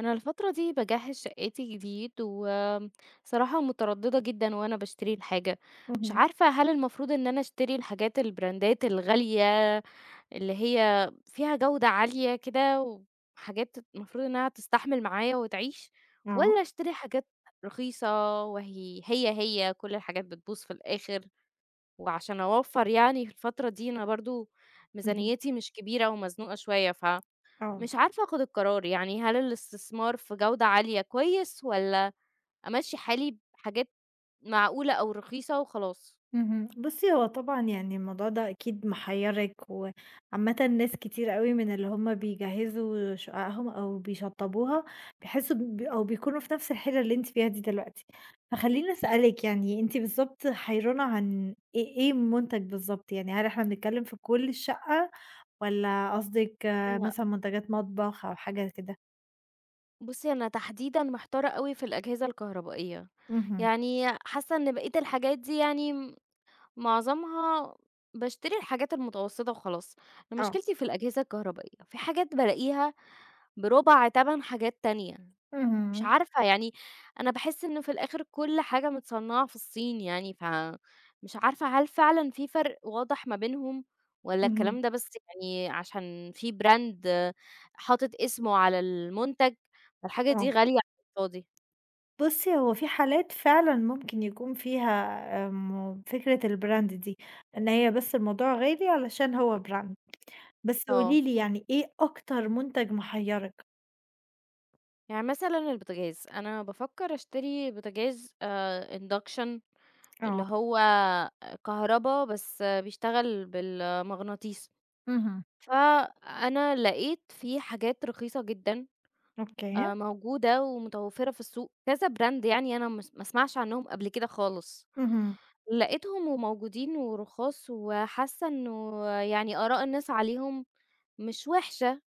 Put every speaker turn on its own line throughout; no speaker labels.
انا الفتره دي باجهز شقتي جديد وصراحه متردده جدا وانا بشتري الحاجه. مش
اهم،
عارفه هل المفروض ان انا اشتري الحاجات البراندات الغاليه اللي هي فيها جوده عاليه كده، وحاجات المفروض انها تستحمل معايا وتعيش،
آه،
ولا اشتري حاجات رخيصه وهي هي هي كل الحاجات بتبوظ في الاخر، وعشان اوفر يعني في الفتره دي انا برضو
اهم،
ميزانيتي مش كبيره ومزنوقه شويه.
آه،
مش عارفة آخُد القرار، يعني هل الاستثمار في جودة عالية كويس والّا أمشّي حالي بحاجات معقولة أو رخيصة وخلاص؟
اهم. بُصّي، هو طبعًا يعني الموضوع ده أكيد محيّرِك، وعامةً ناس كتير أوي من اللي هُم بيجهّزوا شققهم أو بيشطّبوها بيحسّوا أو بيكونوا في نَفْس الحيرة اللي أنتِ فيها دي دلوقتي. فخلّيني
إمم.
أسألِك يعني أنتِ بالضبط حيرانة عن إيه المنتج بالضبط، يعني هل إحنا بنتكلّم في كل الشقة والّا قصدِك
لأ،
مثلًا منتجات مطبخ أو حاجة كده؟
بُصّي أنا تحديدًا محتارة أوي في الأجهزة الكهربائية،
اهم،
يعني حاسة إن بقية الحاجات دي يعني معظمها باشتري الحاجات المتوسطة وخلاص، أنا
آه.
مشكلتي في الأجهزة الكهربائية، في حاجات بالاقيها بربع تَمَن حاجات تانية،
اهم،
مش
اهم.
عارفة يعني أنا باحس إن في الآخر كل حاجة متصنعة في الصين يعني، فمش عارفة هل فعلًا في فرق واضح ما بينهم، والّا
اهم،
الكلام ده بس يعني عشان في brand حاطط اسمه على المنتج، فالحاجة دي
آه.
غالية على الفاضي؟
بُصّي، هو في حالات فعلًا ممكن يكون فيها فكرة الbrand دي، إن هي بس الموضوع غالي علشان هو brand. بس
آه،
قولي لي يعني إيه أكتر منتج محيّرِك؟
يعني مثلًا البوتاجاز، أنا بافكر أشتري بوتاجاز induction
آه.
اللي هو كهربا بس بيشتغل بالمغناطيس.
اهم.
فأنا لقيت في حاجات رخيصة جدًا
أوكي.
موجودة ومتوفرة في السوق، كذا براند يعني أنا ما اسمعش عنهم قبل كده خالص،
اهم.
لقيتهم وموجودين ورخاص وحاسة إنه يعني آراء الناس عليهم مش وحشة،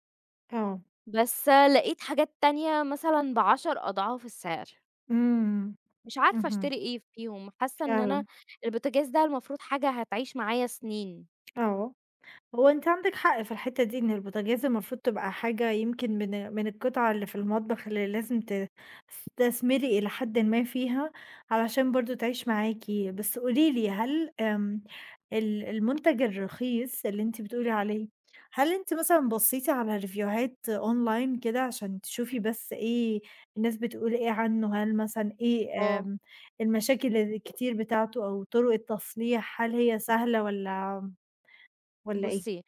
آه.
بس لقيت حاجات تانية مثلًا ب10 أضعاف السعر،
إمم.
مش عارفة
اهم.
أشتري إيه فيهم، حاسة إن أنا
فعلًا.
البوتاجاز ده المفروض حاجة هتعيش معايا سنين.
آه. هو أنتِ عندِك حق في الحتّة دي، إن البوتاجاز المفروض تبقى حاجة يمكن من القطع اللي في المطبخ اللي لازم تستثمري إلى حدٍ ما فيها، علشان برضه تعيش معاكِ. بس قولي لي هل المنتج الرخيص اللي أنتِ بتقولي عليه، هل أنتِ مثلًا بصيتِ على ريفيوهات online كده عشان تشوفي بس إيه الناس بتقول إيه عنه؟ هل مثلًا إيه
آه،
آمم المشاكل الكتير بتاعته أو طرق التصليح، هل هي سهلة والّا إيه؟
بُصّي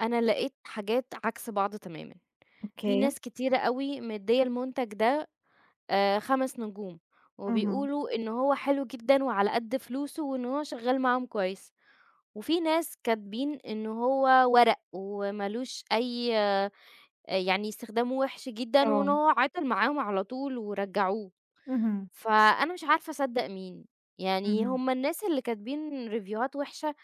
أنا لقيت حاجات عكس بعض تمامًا. في
أوكي.
ناس كتيرة أوي مديّة المنتج ده 5 نجوم،
اهم.
وبيقولوا إن هو حلو جدًا وعلى قد فلوسه وإن هو شغال معاهم كويس، وفي ناس كاتبين إن هو ورق وما لوش أي يعني استخدامه وِحِش جدًا وإن
آه.
هو عِطِل معاهم على طول ورجّعوه،
اهم،
فأنا مش عارفة أصدّق مين، يعني
اهم.
هُم الناس اللي كاتبين ريفيوهات وِحشة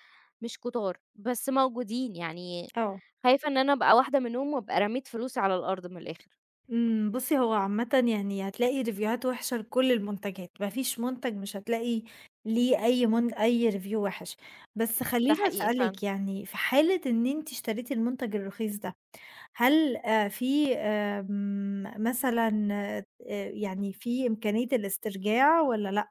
مش كتار، بس موجودين يعني
آه.
خايفة إن أنا أبقى واحدة منهم وأبقى رميت فلوسي على الأرض من الآخر،
بُصّي هو عامةً يعني هتلاقي ريفيوهات وِحشة لكل المنتجات، ما فيش منتج مش هتلاقي ليه أي من أي ريفيو وِحِش، بس
ده
خلّيني
حقيقي فعلًا.
أسألِك يعني في حالة إن أنتِ اشتريتِ المنتج الرخيص ده، هل في مثلًا يعني في إمكانية الاسترجاع والّا لأ؟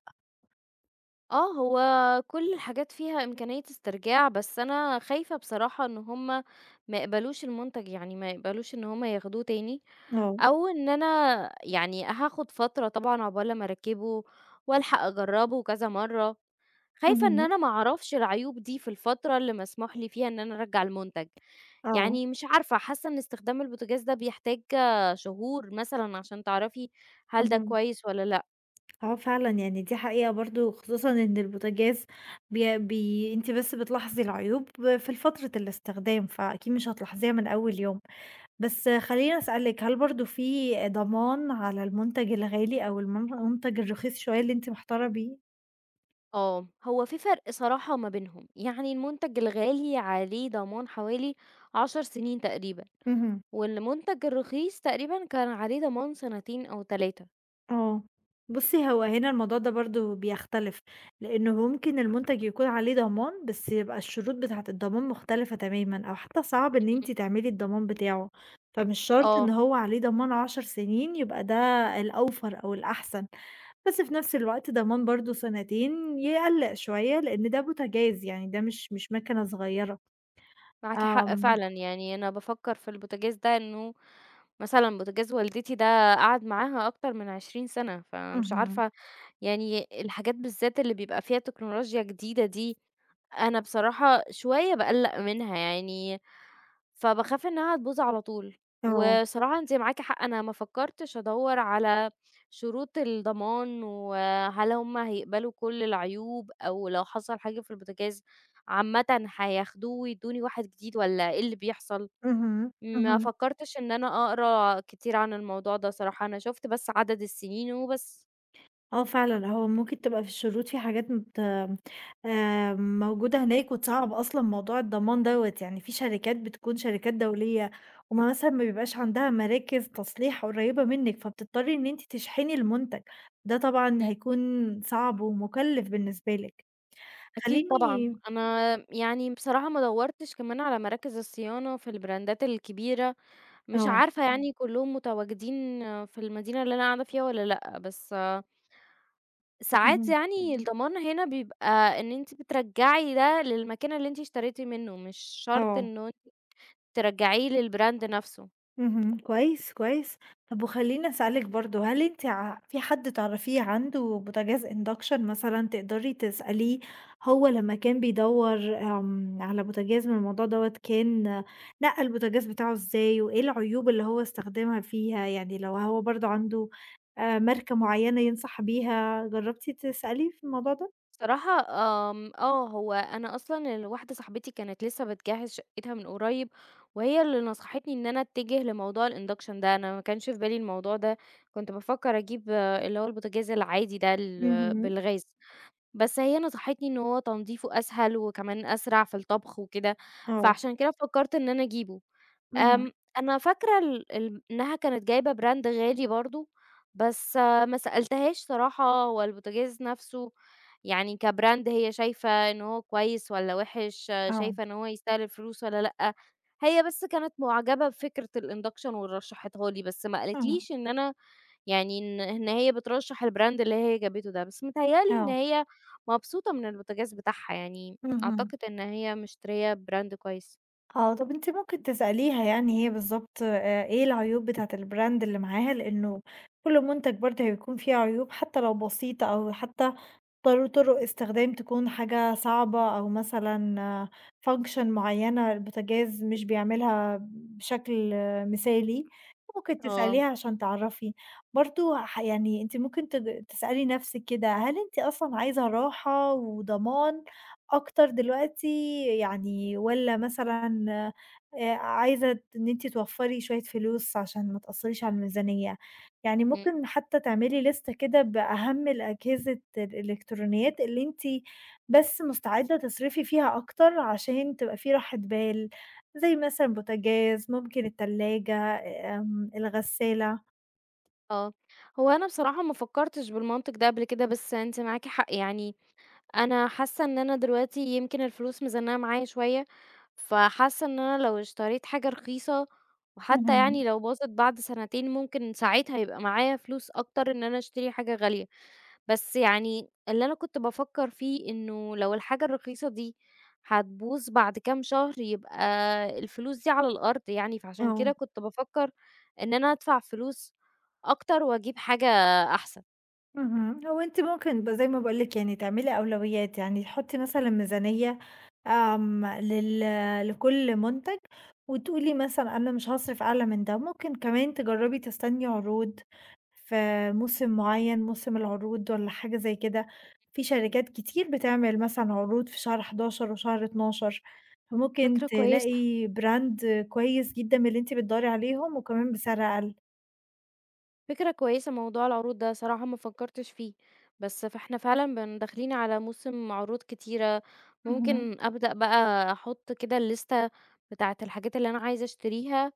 آه، هو كل الحاجات فيها إمكانية استرجاع، بس أنا خايفة بصراحة إن هُم ما يقبلوش المنتج، يعني ما يقبلوش إن هُم ياخدوه تاني،
آه.
أو إن أنا يعني هاخد فترة طبعًا عقبال لمّا أركّبه والحق أجرّبه كذا مرّة، خايفة إن
اهم.
أنا ما أعرفش العيوب دي في الفترة اللي مسموح لي فيها إن أنا أرجّع المنتج،
آه.
يعني مش عارفة، حاسة إن استخدام البوتاجاز ده بيحتاج شهور مثلًا عشان تعرفي هل ده
اهم.
كويس والّا لأ.
آه فعلًا، يعني دي حقيقة برضه، خصوصًا إن البوتاجاز بي بي أنتِ بس بتلاحظي العيوب في فترة الاستخدام، فأكيد مش هتلاحظيها من أول يوم. بس خلّيني أسألِك، هل برضه في ضمان على المنتج الغالي أو المنتج الرخيص شوية اللي أنتِ محتارة بيه؟
آه، هو في فرق صراحة ما بينهم، يعني المنتج الغالي عليه ضمان حوالي 10 سنين تقريبًا،
اهم.
والمنتج الرخيص تقريبًا كان عليه ضمان سنتين أو 3.
آه. بُصّي، هو هنا الموضوع ده برضه بيختلف، لإنه ممكن المنتج يكون عليه ضمان، بس يبقى الشروط بتاعة الضمان مختلفة تمامًا أو حتى صعب إن
إمم.
أنتِ تعملي الضمان بتاعه، فمش شرط
آه،
إن هو عليه ضمان 10 سنين يبقى ده الأوفر أو الأحسن، بس في نفس الوقت ضمان برضه سنتين يقلّق شوية، لإن ده بوتاجاز يعني ده مش ماكنة صغيرة.
معاكِ حق
آمم،
فعلًا، يعني أنا بافكّر في البوتاجاز ده إنه مثلًا بوتاجاز والدتي ده قعد معاها أكتر من 20 سنة، فمش
اهم،
عارفة يعني الحاجات بالذات اللي بيبقى فيها تكنولوجيا جديدة دي، أنا بصراحة شوية باقلّق منها يعني فباخاف إنها تبوظ على طول،
آه،
وصراحة أنتِ معاكِ حق أنا ما فكّرتش أدوّر على شروط الضمان، وهل هُم هيقبلوا كل العيوب أو لو حصل حاجة في البوتاجاز عامةً هياخدوه ويدّوني واحد جديد والّا إيه اللي بيحصل؟
اهم،
ما
اهم.
فكّرتش إن أنا أقرا كتير عن الموضوع ده صراحة، أنا شُفت بس عدد السنين وبس.
آه فعلًا، هو ممكن تبقى في الشروط في حاجات مت موجودة هناك وتصعّب أصلًا موضوع الضمان دوّة، يعني في شركات بتكون شركات دولية، هُم مثلًا ما بيبقاش عندها مراكز تصليح قريّبة منِّك، فبتضطري إن أنتِ تشحني المنتج، ده طبعًا
إمم،
هيكون صعب ومُكلِّف بالنسبة لِك.
أكيد طبعًا،
خلّيني
أنا يعني بصراحة ما دوّرتش كمان على مراكز الصيانة في البراندات الكبيرة مش
آه،
عارفة آه. يعني كلّهم متواجدين في المدينة اللي أنا قاعدة فيها والّا لأ، بس ساعات
اهم،
يعني الضمان هنا بيبقى إن أنتِ بترجّعي ده للمكان اللي أنتِ اشتريتِ منّه، مش شرط
آه.
إنه أنتِ ترجّعيه للbrand نَفْسه.
اهم، كويس، كويس. طب وخلّيني أسألِك برضه، هل أنتِ في حد تعرفيه عنده بوتاجاز induction مثلًا تقدري تسأليه هو لمّا كان بيدوّر على بوتاجاز من الموضوع دوّة كان نقّى البوتاجاز بتاعه إزاي، وإيه العيوب اللي هو استخدمها فيها؟ يعني لو هو برضه عنده ماركة معيّنة ينصح بيها، جرّبتِ تسأليه في الموضوع ده؟
بصراحة آمم، آه، هو أنا أصلًا واحدة صاحبتي كانت لسّه بتجهّز شقتها من قريب، وهي اللي نصحتني إن أنا أتجه لموضوع الinduction ده، أنا ما كانش في بالي الموضوع ده، كنت بافكّر أجيب اللي هو البوتاجاز العادي ده ال
اهم،
بالغاز. بس هي نصحتني إن هو تنضيفه أسهل وكمان أسرع في الطبخ وكده،
آه،
فعشان كده فكّرت إن أنا أجيبه.
اهم،
آمم، أنا فاكرة ال ال إنها كانت جايبة brand غالي برضه، بس ما سألتهاش صراحة هو البوتاجاز نَفْسه يعني كbrand هي شايفة إن هو كويس والّا وِحِش،
آه،
شايفة إن هو يستاهل الفلوس والّا لأ، هي بس كانت مُعجبة بفكرة الinduction ورشّحتها لي، بس ما قالتليش إن أنا يعني إن هي بترشّح الbrand اللي هي جابته ده، بس متهيأ لي إن
آه،
هي مبسوطة من البوتاجاز بتاعها يعني،
اهم.
أعتقد إن هي مشترية brand كويس.
آه، طب أنتِ ممكن تسأليها يعني هي بالضبط إيه العيوب بتاعة الbrand اللي معاها، لإنه كل منتج برضه هيكون فيه عيوب حتى لو بسيطة أو حتى طرق استخدام تكون حاجة صعبة أو مثلًا function معيّنة البوتاجاز مش بيعملها بشكل مثالي، ممكن
آه،
تسأليها عشان تعرفي. برضه يعني أنتِ ممكن تسألي نفسِك كده، هل أنتِ أصلًا عايزة راحة وضمان أكتر دلوقتي يعني والّا مثلًا عايزة إن أنتِ توفّري شوية فلوس عشان ما تأثّريش على الميزانية؟ يعني
إمم،
ممكن حتى تعملي لِستة كده بأهم الأجهزة الإلكترونيات اللي أنتِ بس مستعدة تصرفي فيها أكتر عشان تبقى في راحة بال، زي مثلًا بوتاجاز، ممكن التلاجة، الغسالة.
آه. هو أنا بصراحة ما فكّرتش بالمنطق ده قبل كده، بس أنتِ معاكِ حق يعني، أنا حاسة إن أنا دلوقتي يمكن الفلوس مزنّقة معايا شوية، فحاسة إن أنا لو اشتريت حاجة رخيصة وحتى
اهم.
يعني لو باظت بعد سنتين ممكن ساعتها يبقى معايا فلوس أكتر إن أنا أشتري حاجة غالية. بس يعني اللي أنا كنت بافكّر فيه إنه لو الحاجة الرخيصة دي هتبوظ بعد كام شهر، يبقى الفلوس دي على الأرض يعني، فعشان كده
آه،
كنت بافكّر إن أنا أدفع فلوس أكتر وأجيب حاجة أحسن.
اهم، هو أنتِ ممكن زي ما باقول لِك يعني تعملي أولويات، يعني تحطي مثلًا ميزانية آمم، لل لكل منتج وتقولي مثلًا أنا مش هاصرف أعلى من ده، ممكن كمان تجربي تستني عروض. في موسم معيّن، موسم العروض والّا حاجة زي كده، في
إمم.
شركات كتير بتعمل مثلًا عروض في شهر 11 وشهر 12، فممكن
فكرة كويسة،
تلاقي brand كويس جدًا من اللي أنتِ بتدوّري عليهم وكمان بسعر أقل.
فكرة كويسة موضوع العروض ده صراحة ما فكّرتش فيه، بس فإحنا فعلًا داخلين على موسم عروض كتيرة،
اهم.
ممكن أبدأ بقى أحُط كده الليستة بتاعة الحاجات اللي أنا عايزة أشتريها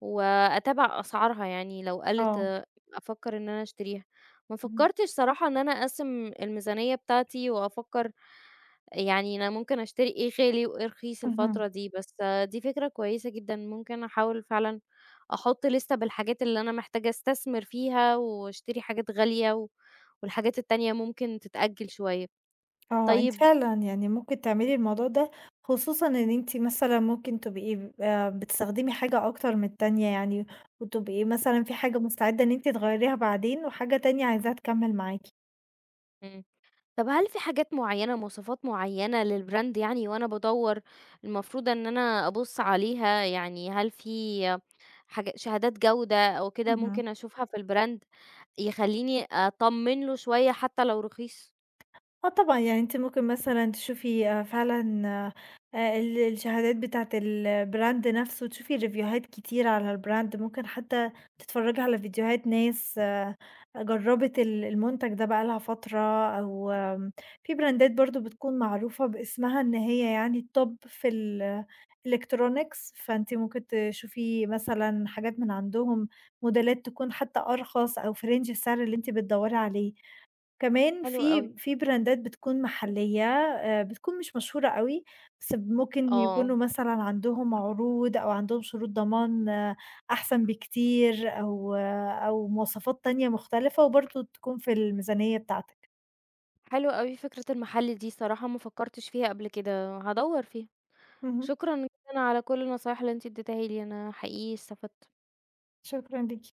وأتابع أسعارها يعني لو قَلِت
آه.
أفكّر إن أنا أشتريها. ما
اهم.
فكّرتش صراحة إن أنا أقسّم الميزانية بتاعتي وأفكّر يعني أنا ممكن أشتري إيه غالي وإيه رخيص الفترة
اهم.
دي، بس دي فكرة كويسة جدًا، ممكن أحاول فعلًا أحُط لِستة بالحاجات اللي أنا محتاجة أستثمر فيها وأشتري حاجات غالية والحاجات التانية ممكن تتأجّل شوية.
آه، أنتِ
طيب
فعلًا يعني ممكن تعملي الموضوع ده، خصوصًا إن أنتِ مثلًا ممكن تبقي بتستخدمي حاجة أكتر من التانية يعني، وتبقي مثلًا في حاجة مستعدة إن أنتِ تغيّريها بعدين وحاجة تانية عايزاها تكمّل معاكِ.
طب هل في حاجات معيّنة، مواصفات معيّنة للbrand يعني وأنا بادوّر المفروض إن أنا أبُص عليها؟ يعني هل في حاجة شهادات جودة أو كده
اهم.
ممكن أشوفها في الbrand يخلّيني أطمّن له شوية حتى لو رخيص؟
آه طبعًا، يعني أنتِ ممكن مثلًا تشوفي فعلًا الشهادات بتاعة الbrand نفسه، تشوفي ريفيوهات كتير على الbrand، ممكن حتى تتفرّجي على فيديوهات ناس جرّبت المنتج ده بقى لها فترة، أو في براندات برضه بتكون معروفة باسمها إن هي يعني الtop في الelectronics، فأنتِ ممكن تشوفي مثلًا حاجات من عندهم، موديلات تكون حتى أرخص أو في range السعر اللي أنتِ بتدوّري عليه. كمان
حلو أوي.
في براندات بتكون محلية، بتكون مش مشهورة أوي، بس ممكن
آه.
يكونوا مثلًا عندهم عروض أو عندهم شروط ضمان أحسن بكتير أو مواصفات تانية مختلفة، وبرضه تكون في الميزانية بتاعتك.
حلوة أوي فكرة المحل دي صراحة ما فكّرتش فيها قبل كده، هادوّر فيها.
اهم،
شكرًا جدًا على كل النصايح اللي أنتِ ادّيتيها لي، أنا حقيقي استفدت.
شكرًا ليكِ.